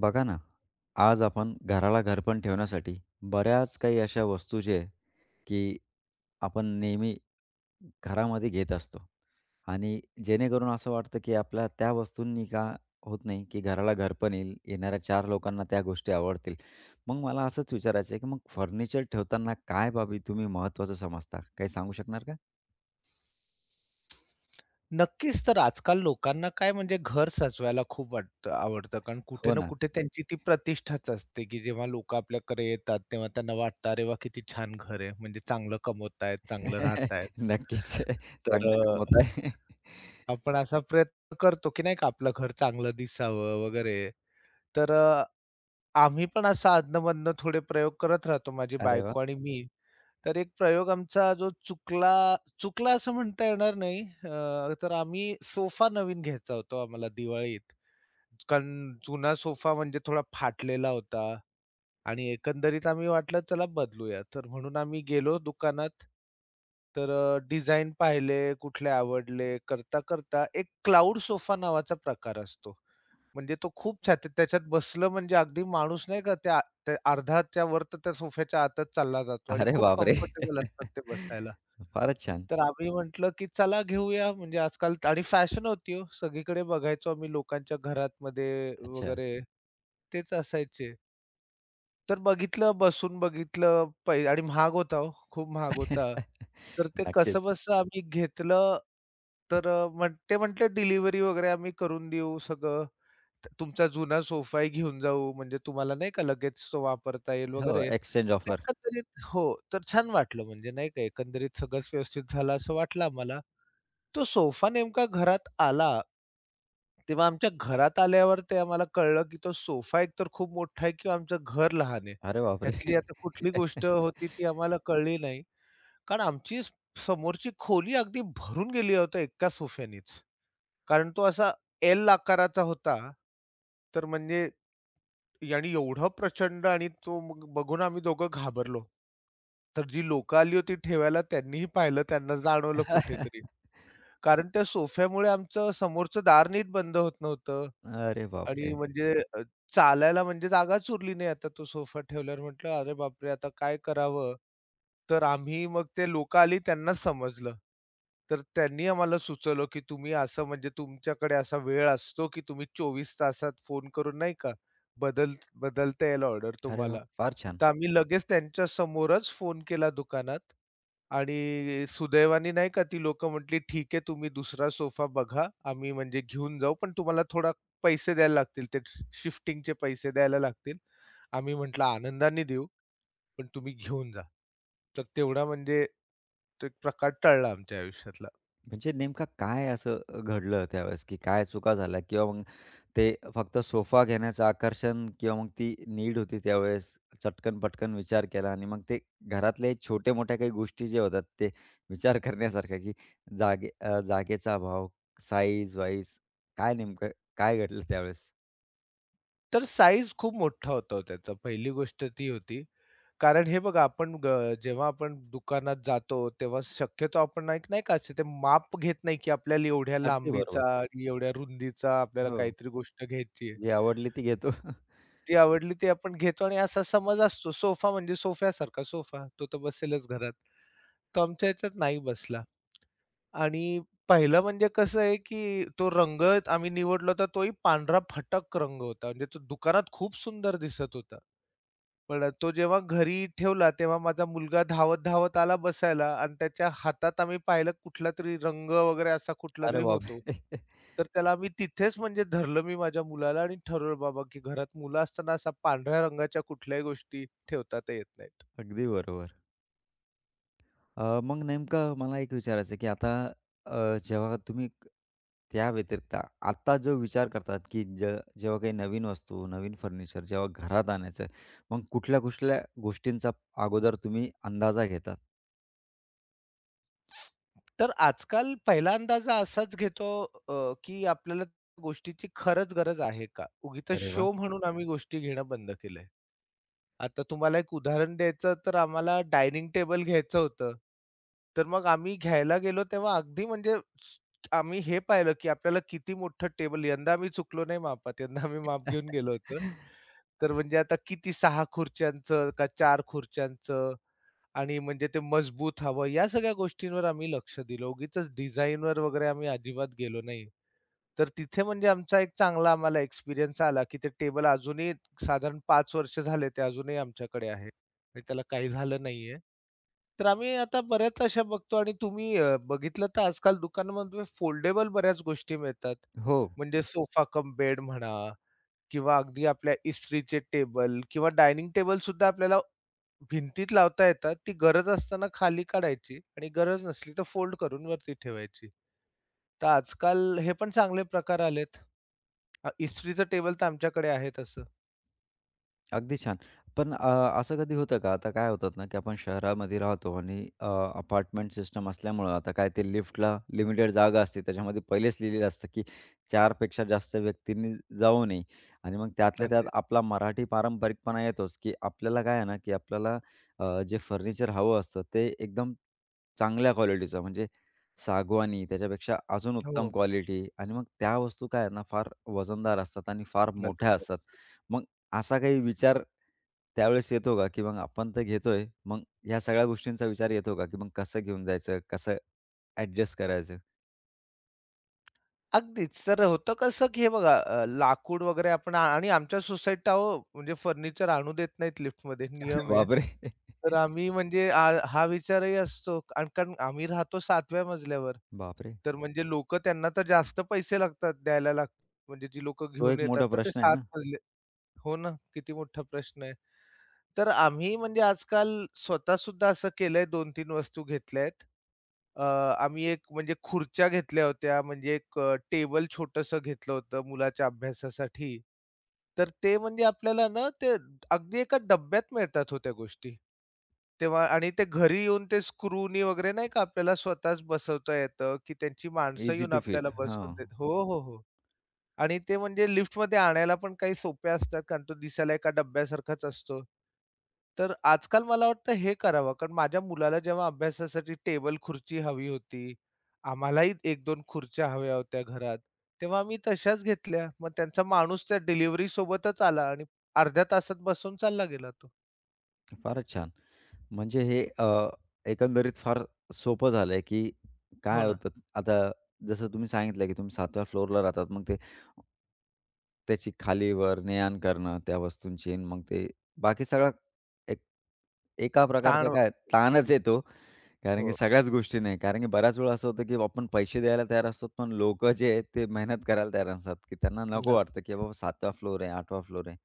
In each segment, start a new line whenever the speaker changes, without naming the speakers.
बघा ना, आज आपण घराला घरपण ठेवण्यासाठी बऱ्याच काही अशा वस्तू जे आहे, की आपण नेहमी घरामध्ये घेत असतो आणि जेणेकरून असं वाटतं, की आपल्या त्या वस्तूंनी का होत नाही, की घराला घरपण येईल, येणाऱ्या 4 लोकांना त्या गोष्टी आवडतील. मग मला असंच विचारायचं आहे, की मग फर्निचर ठेवताना काय बाबी तुम्ही महत्त्वाचं समजता? काही सांगू शकणार का?
नक्कीच. तर आजकाल लोकांना काय म्हणजे घर सजवायला खूप वाटतं आवडतं. कारण कुठे
हो
ना
ना.
कुठे त्यांची ती प्रतिष्ठाच असते, की जेव्हा लोकं आपल्याकडे येतात, तेव्हा त्यांना वाटतं, "अरे वाह! किती छान घर आहे." म्हणजे चांगलं कमवतायत, चांगलं राहतायत.
नक्कीच.
तर
चांगलं
अ,
कमवताय.
आपण असा प्रयत्न करतो, की नाही का आपलं घर चांगलं दिसावं वगैरे. तर अ, आम्ही पण असं अधनं-मधनं थोडे प्रयोग करत राहतो, माझी
अरे वाह!
बायको आणि मी. तर एक प्रयोग आमचा जो चुकला चुकला असं म्हणता येणार नाही. तर आम्ही सोफा नवीन घ्यायचा होता आम्हाला दिवाळीत. कारण जुना सोफा म्हणजे थोडा फाटलेला होता आणि एकंदरीत आम्ही वाटलं चला बदलूया. तर म्हणून आम्ही गेलो दुकानात. डिझाइन पाहिले, कुठले आवडले, करता-करता एक क्लाउड सोफा नावाचा प्रकार असतो. म्हणजे तो खूप छाती त्याच्यात बसलं म्हणजे अगदी माणूस नाही का त्या त्या अर्ध्याच्या वर तर त्या सोफ्याच्या आतच चालला जातो आणि
अरे
खूप
बापरे!
कम्फर्टेबल असतात ते बसायला.
फारच छान.
तर आम्ही म्हटलं, की चला घेऊया म्हणजे आजकाल आणि फॅशन होती हो. सगळीकडे बघायचो आम्ही लोकांच्या घरातमध्ये
अच्छा.
वगैरे तेच असायचे. तर बघितलं, बसून बघितलं पै आणि महाग होता हो, खूप महाग होता. तर ते
नक्कीच.
कसंबसं आम्ही घेतलं. तर अ, म्हण ते म्हटले डिलिव्हरी वगैरे आम्ही करून देऊ सगळं. तुमचा जुना सोफाही घेऊन जाऊ म्हणजे तुम्हाला नाही का लगेच तो वापरता येईल
हो,
वगैरे.
एक्सचेंज
तर
ऑफर.
एकंदरीत हो, तर छान वाटलं म्हणजे नाही का एकंदरीत सगळंच व्यवस्थित झालं असं वाटलं आम्हाला. तो सोफा नेमका घरात आला, तेव्हा आमच्या घरात आल्यावर ते आम्हाला कळलं, की तो सोफा एकतर खूप मोठा आहे किंवा आमचं घर लहान आहे.
अरे बापरे!
ह्यातली आता कुठली गोष्ट होती ती आम्हाला कळली नाही. कारण समोरची खोली अगदी भरून गेली होती एका सोफ्यानीच. कारण तो असा एल आकाराचा होता. तर म्हणजे आणि एवढं प्रचंड आणि तो मग बघून आम्ही दोघं घाबरलो. तर जी लोकं आली होती ठेवायला त्यांनीही पाहिलं, त्यांना जाणवलं कुठेतरी. कारण त्या सोफ्यामुळे आमचं समोरचं दार नीट बंद होत नव्हतं.
अरे
आणि
बापरे!
म्हणजे अ, चालायला म्हणजे जागाच उरली नाही आता तो सोफा ठेवल्यावर. म्हटलं, "अरे बापरे! आता काय करावं?" तर आम्ही मग ते लोकं आली त्यांनाच समजलं. तर त्यांनी आम्हाला सुचवलं, की तुम्ही असं म्हणजे तुमच्याकडे असा वेळ असतो, की तुम्ही 24 तासात फोन करून नाही का बदल बदलता येईल ऑर्डर
अरे वाह!
तुम्हाला.
फार छान.
तर आम्ही लगेच त्यांच्या समोरच फोन केला दुकानात आणि सुदैवाने नाही का ती लोकं म्हटली, "ठीक आहे, तुम्ही दुसरा सोफा बघा. आम्ही म्हणजे घेऊन जाऊ, पण तुम्हाला थोडा पैसे द्यायला लागतील. ते शिफ्टिंगचे पैसे द्यायला लागतील. आम्ही म्हटलं, "आनंदाने देऊ, पण तुम्ही घेऊन जा." तर तेवढा म्हणजे तो एक प्रकार टळला आमच्या आयुष्यातला.
म्हणजे नेमकं काय असं घडलं त्यावेळेस, की काय चुका झाल्या किंवा मग ते फक्त सोफा घेण्याचं आकर्षण किंवा मग ती नीड होती त्यावेळेस चटकन-पटकन विचार केला आणि मग ते घरातले छोट्या-मोठ्या काही गोष्टी ज्या होतात ते विचार करण्यासारख्या, की जागेचा अभाव, साईज-वाईज काय नेमकं काय घडलं त्यावेळेस?
तर साईझ खूप मोठा होता हो त्याचा. पहिली गोष्ट ती होती. कारण हे बघा आपण ग जेव्हा आपण दुकानात जातो, तेव्हा शक्यतो आपण एक नाही का असे ते माप घेत नाही, की आपल्याला एवढ्या
अगदी बरोबर.
लांबीचा, एवढ्या रुंदीचा आपल्याला
हो.
काहीतरी गोष्ट घ्यायची आहे.
जी आवडली ती घेतो.
ती आवडली ती आपण घेतो आणि असा समज असतो सोफा म्हणजे सोफ्यासारखा सोफा, तो तर बसेलच घरात. तो आमच्या ह्याच्यात नाही बसला. आणि पहिलं म्हणजे कसं आहे, की तो रंग आम्ही निवडला होता तोही पांढरा फटक रंग होता. म्हणजे तो दुकानात खूप सुंदर दिसत होता. पण तो जेव्हा घरी ठेवला तेव्हा माझा मुलगा धावत-धावत आला बसायला आणि त्याच्या हातात आम्ही पाहिलं कुठलातरी रंग वगैरे असा
अरे
कुठलातरी होतो.
बापरे!
तर त्याला आम्ही तिथेच म्हणजे धरलं मी माझ्या मुलाला आणि ठरवलं बाबा, की घरात मुलं असताना असा पांढऱ्या रंगाच्या कुठल्याही गोष्टी ठेवता तर येत नाहीत.
अगदी बरोबर. मग नेमकं मला एक विचारायचं आहे, की आता जेव्हा त्या व्यतिरिक्त आता जो विचार करतात, की जेव्हा काही नवीन वस्तू, नवीन फर्निचर जेव्हा घरात आणायचं आहे, मग कुठल्या-कुठल्या गोष्टींचा अगोदर तुम्ही अंदाजा घेतात?
तर आजकाल पहिला अंदाजा असाच घेतो की आपल्याला गोष्टीची खरंच गरज आहे का? उगीचच
अरे वाह!
शो म्हणून आम्ही गोष्टी घेणं बंद केलंय. आता तुम्हाला एक उदाहरण द्यायचं तर आम्हाला डायनिंग टेबल घ्यायचं होतं. तर मग आम्ही घ्यायला गेलो तेव्हा अगदी स- आम्ही हे पाहिलं की आपल्याला किती मोठं टेबल यंदा आम्ही चुकलो नाही मापात. यंदा आम्ही माप घेऊन गेलो होतो. तर म्हणजे आता किती 6 खुर्च्यांचं का 4 खुर्च्यांचं आणि म्हणजे ते मजबूत हवं, या सगळ्या गोष्टींवर आम्ही लक्ष दिलं. उगीचच डिझाइनवर वगैरे आम्ही अजिबात गेलो नाही. तर तिथे म्हणजे आमचा एक चांगला आम्हाला एक्सपिरियन्स आला, की ते टेबल अजूनही साधारण 5 वर्ष झाले ते अजूनही आमच्याकडे आहे. म्हणजे त्याला काही झालं नाहीये. तर आम्ही आता बऱ्याच अशा बघतो आणि तुम्ही बघितलं तर आजकाल दुकानामध्ये फोल्डेबल बऱ्याच गोष्टी मिळतात.
हो.
म्हणजे सोफा कम बेड म्हणा किंवा अगदी आपल्या इस्त्रीचे टेबल किंवा डायनिंग टेबल सुद्धा आपल्याला भिंतीत लावता येतात. ती गरज असताना खाली काढायची आणि गरज नसली तर फोल्ड करून वरती ठेवायची. तर आजकाल हे पण चांगले प्रकार आलेत. इस्त्रीचं टेबल तर आमच्याकडे आहे तसं.
अगदी छान. पण असं कधी होतं का? आता काय होतात ना, की आपण शहरामध्ये राहतो आणि अपार्टमेंट सिस्टम असल्यामुळं आता काय ते लिफ्टला लिमिटेड जागा असते. त्याच्यामध्ये पहिलेच लिहिलेलं असतं, की 4 पेक्षा जास्त व्यक्तींनी जाऊ नये. आणि मग त्यातल्या त्यात
अगदीच.
आपला मराठी पारंपरिकपणा येतोच, की आपल्याला काय आहे ना, की आपल्याला जे फर्निचर हवं असतं ते एकदम चांगल्या क्वालिटीचं म्हणजे सागवानी त्याच्यापेक्षा अजून उत्तम
हो.
क्वालिटी आणि मग त्या वस्तू काय आहे ना, फार वजनदार असतात आणि फार मोठ्या
वजनदार.
असतात. मग असा काही विचार त्यावेळेस येतो का, की मग आपण तर घेतोय, मग ह्या सगळ्या गोष्टींचा विचार येतो का, की मग कसं घेऊन जायचं, कसं ॲडजस्ट करायचं?
अगदीच. तर होतं कसं, की हे बघा लाकूड वगैरे आणि आमच्या सोसायटीत अहो म्हणजे फर्निचर आणू देत नाहीत लिफ्टमध्ये,
अरे
नियम आहे.
बापरे!
तर आम्ही म्हणजे हा विचारही असतो आणि कारण आम्ही राहतो 7व्या मजल्यावर.
बापरे!
तर म्हणजे लोकं त्यांना तर जास्त पैसे लागतात द्यायला लागतात. म्हणजे जी लोकं
तो
घेऊन
एक
येतात
मोठा
ना, ते
प्रश्न आहे
7
ना.
हो ना, किती मोठा प्रश्न आहे. तर आम्ही म्हणजे आजकाल स्वतः सुद्धा असं केलंय 2-3 वस्तू घेतल्यात. अ, आम्ही एक म्हणजे खुर्च्या घेतल्या होत्या, म्हणजे एक टेबल छोटंसं घेतलं होतं मुलाच्या अभ्यासासाठी. तर ते म्हणजे आपल्याला ना ते अगदी एका डब्यात मिळतात हो त्या गोष्टी. तेव्हा आणि ते घरी येऊन ते स्क्रूनी वगैरे नाही का आपल्याला स्वतःच बसवता येतं, की त्यांची माणसं
ईझी
येऊन
टू
आपल्याला
फिट. हां,
बसवून देत हो, हो, हो. आणि ते म्हणजे लिफ्टमध्ये आणायला पण काही सोप्या असतात, कारण तो दिसायला एका डब्यासारखाच असतो. तर आजकाल मला वाटतं हे करावं, कारण माझ्या मुलाला जेव्हा अभ्यासासाठी टेबल खुर्ची हवी होती, आम्हालाही 1-2 खुर्च्या हव्या होत्या घरात, तेव्हा आम्ही तशाच घेतल्या. मग त्यांचा माणूस त्या डिलिव्हरीसोबतच आला आणि अर्ध्या तासात बसून चालला गेला तो.
फारच छान. म्हणजे हे एकंदरीत फार सोपं झालंय, की
हो
काय
ना.
होतं आता जसं तुम्ही सांगितलं, की तुम्ही 7व्या फ्लोअरला राहतात. मग ते त्याची खालीवर ने-आण करणं त्या वस्तूंची आणि मग ते बाकी सगळा एक एका प्रकारचा
ताण
काय ताणच येतो. कारण की
हो,
सगळ्याच गोष्टी नाही. कारण की बऱ्याच वेळा असं होतं, की आपण पैसे द्यायला तयार असतो, पण लोकं जे आहेत ते मेहनत करायला तयार नसतात, की त्यांना नको वाटतं, की
नक्कीच.
बाबा 7वा फ्लोअर आहे, 8वा फ्लोअर आहे.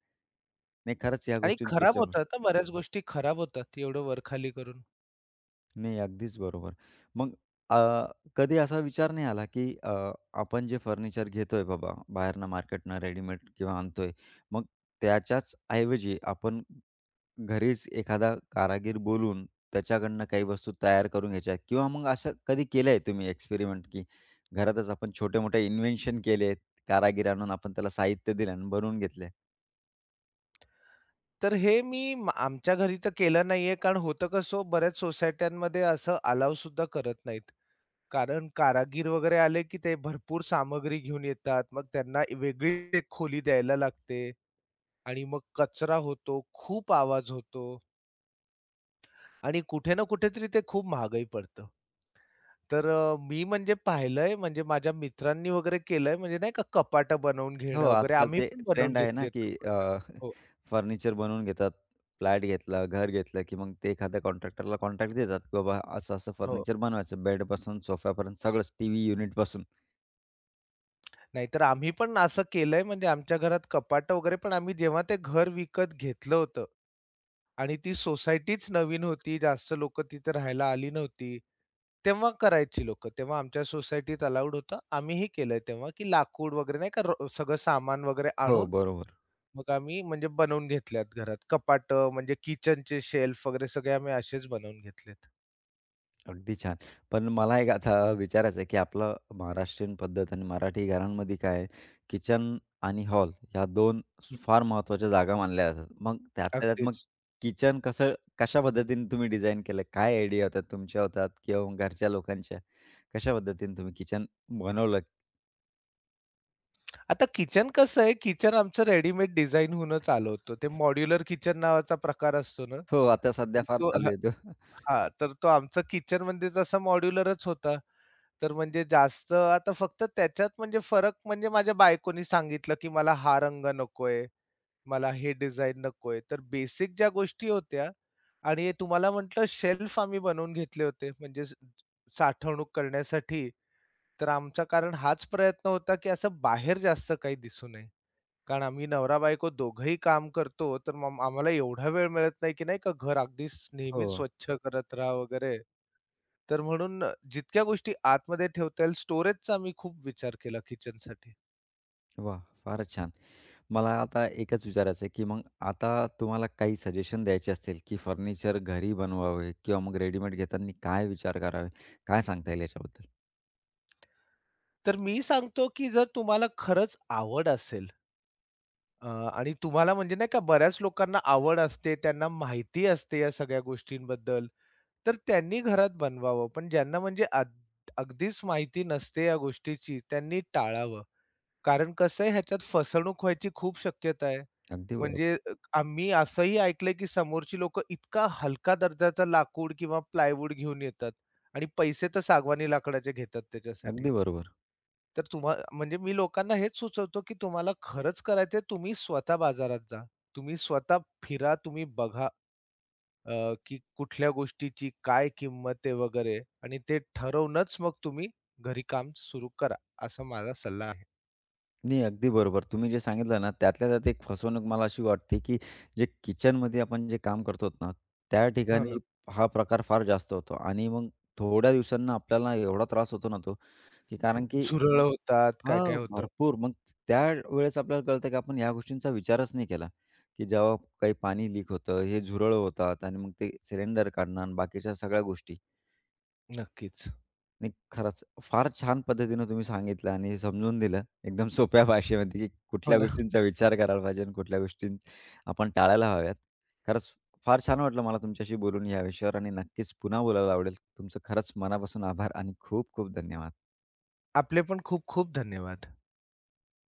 नाही खरंच या
आणि
गोष्टींचा
खराब
विचार
होतात हां, बऱ्याच गोष्टी खराब होतात एवढं वरखाली करून.
नाही, अगदीच बरोबर. मग अ, कधी असा विचार नाही आला, की आपण जे फर्निचर घेतोय बाबा बाहेरनं मार्केटनं रेडीमेड किंवा आणतोय, मग त्याच्याच ऐवजी आपण घरीच एखादा कारागीर बोलवून त्याच्याकडनं काही वस्तू तयार करून घ्यायच्या किंवा मग असं कधी केलंय तुम्ही एक्सपेरिमेंट, की घरातच आपण छोटे-मोठे इन्व्हेन्शन केलेत, कारागीर आणून आपण त्याला साहित्य दिलं आणि बनवून घेतले?
तर हे मी म आमच्या घरी तर केलं नाहीये, कारण होतं कसं बऱ्याच सोसायट्यांमध्ये असं अलाव सुद्धा करत नाहीत. कारण कारागीर वगैरे आले, की ते भरपूर सामग्री घेऊन येतात. मग त्यांना वेगळी एक खोली द्यायला लागते आणि मग कचरा होतो, खूप आवाज होतो आणि कुठे ना कुठेतरी ते खूप महागही पडतं. तर मी म्हणजे पाहिलंय म्हणजे माझ्या मित्रांनी वगैरे केलंय म्हणजे नाही का कपाटं बनवून
हो,
घेणं वगैरे
आजकाल
आम्ही
ते
पण बनवून
ट्रेंड आहे
घेतली
ना,
आहेत
की
कपाटं. हो,
फर्निचर बनवून घेतात. फ्लॅट घेतला, घर घेतलं, की मग ते एखाद्या कॉन्ट्रॅक्टरला कॉन्ट्रॅक्ट देतात, की बाबा असं-असं
हो.
फर्निचर बनवायचं बेडपासून सोफ्यापर्यंत सगळंच, टीव्ही युनिटपासून.
नाहीतर आम्ही पण असं केलंय म्हणजे आमच्या घरात कपाट वगैरे पण आम्ही जेव्हा ते घर विकत घेतलं होतं आणि ती सोसायटीच नवीन होती, जास्त लोकं तिथे राहायला आली नव्हती. तेव्हा करायची लोकं. तेव्हा आमच्या सोसायटीत अलाउड होतं. आम्हीही केलंय तेव्हा, की लाकूड वगैरे नाही का सगळं सामान वगैरे
हो,
आणून
बरोबर.
मग आम्ही म्हणजे बनवून घेतल्यात घरात. कपाटं म्हणजे किचनचे शेल्फ वगैरे सगळे आम्ही असेच बनवून घेतलेत.
अगदी छान. पण मला एक आता विचारायचं आहे, की आपलं महाराष्ट्रीयन पद्धत आणि मराठी घरांमध्ये काय आहे, किचन आणि हॉल ह्या दोन
हं,
फार महत्त्वाच्या जागा मानल्या जातात. मग त्यातल्या त्यात मग
अगदीच.
किचन कसं कशा पद्धतीने तुम्ही डिझाइन केलं? काय आयडिया होत्या तुमच्या होतात किंवा मग घरच्या लोकांच्या? कशा पद्धतीने तुम्ही किचन बनवलं?
आता किचन कसं आहे, किचन आमचं रेडीमेड डिझाइन होऊनच आलं होतं. ते मॉड्युलर किचन नावाचा प्रकार असतो ना
हो, आता सध्या
तर
फार
तो
चालू
हां,
आहे तो.
हां, तर तो आमचा किचनमध्ये तसा मॉड्युलरच होता. तर म्हणजे जास्त आता फक्त त्याच्यात म्हणजे फरक म्हणजे माझ्या बायकोनी सांगितलं, की मला हा रंग नकोय, मला हे डिझाइन नकोय. तर बेसिक ज्या गोष्टी होत्या आणि तुम्हाला म्हटलं शेल्फ आम्ही बनवून घेतले होते म्हणजे साठवणूक करण्यासाठी. तर आमचा कारण हाच प्रयत्न होता, की असं बाहेर जास्त काही दिसू नये. कारण आम्ही नवरा-बायको दोघंही काम करतो, तर मग आम्हाला एवढा वेळ मिळत नाही, की नाही का घर अगदीच नेहमीच
हो.
स्वच्छ करत राहा वगैरे. तर म्हणून जितक्या गोष्टी आतमध्ये ठेवता येईल स्टोरेजचा आम्ही खूप विचार केला किचनसाठी.
वा, फारच छान. मला आता एकच विचारायचं आहे, की मग आता तुम्हाला काही सजेशन द्यायचे असतील, की फर्निचर घरी बनवावे किंवा मग रेडीमेड घेताना काय विचार करावे? काय सांगता येईल याच्याबद्दल?
तर मी सांगतो, की जर तुम्हाला खरंच आवड असेल आणि तुम्हाला म्हणजे नाही का बऱ्याच लोकांना आवड असते, त्यांना माहिती असते या सगळ्या गोष्टींबद्दल, तर त्यांनी घरात बनवावं. पण ज्यांना म्हणजे अद अगदीच माहिती नसते या गोष्टीची, त्यांनी टाळावं. कारण कसं आहे ह्याच्यात फसवणूक व्हायची खूप शक्यता आहे.
अगदी बरोबर.
म्हणजे आम्ही असंही ऐकलंय, की समोरची लोक इतका हलका दर्जाचा लाकूड किंवा प्लायवूड घेऊन येतात आणि पैसे तर सागवानी लाकडाचे घेतात त्याच्यासाठी.
अगदी बरोबर.
तर तुम्हा म्हणजे मी लोकांना हेच सुचवतो, की तुम्हाला खरंच करायचंय तुम्ही स्वतः बाजारात जा. तुम्ही स्वतः फिरा, तुम्ही बघा की कुठल्या गोष्टीची काय किंमत आहे वगैरे आणि ते ठरवूनच मग तुम्ही घरी काम सुरू करा, असा माझा सल्ला आहे.
नाही, अगदी बरोबर. तुम्ही जे सांगितलं ना, त्यातल्या त्यात एक फसवणूक मला अशी वाटते, की जे किचनमध्ये आपण जे काम करतो ना, त्या
हो ना.
ठिकाणी हा प्रकार फार जास्त होतो आणि मग थोड्या दिवसांना आपल्याला एवढा त्रास होतो ना तो, की कारण की
झुरळ होतात, काय-काय
हां,
होतं.
भरपूर. मग त्यावेळेस आपल्याला कळतं की आपण ह्या गोष्टींचा विचारच नाही केला, की जेव्हा काही पाणी लीक होतं, हे झुरळ होतात आणि मग ते सिलेंडर काढणं आणि बाकीच्या सगळ्या गोष्टी.
नक्कीच.
नाही खरंच फार छान पद्धतीनं तुम्ही सांगितलं आणि समजून दिलं एकदम सोप्या भाषेमध्ये, की
हो
कुठल्या
ना.
गोष्टींचा विचार करायला पाहिजे आणि कुठल्या गोष्टी आपण टाळायला हव्यात. खरंच फार छान वाटलं मला तुमच्याशी बोलून या विषयावर आणि नक्कीच पुन्हा बोलायला आवडेल. तुमचं खरंच मनापासून आभार आणि खूप खूप धन्यवाद.
आपले पण खूप खूप धन्यवाद.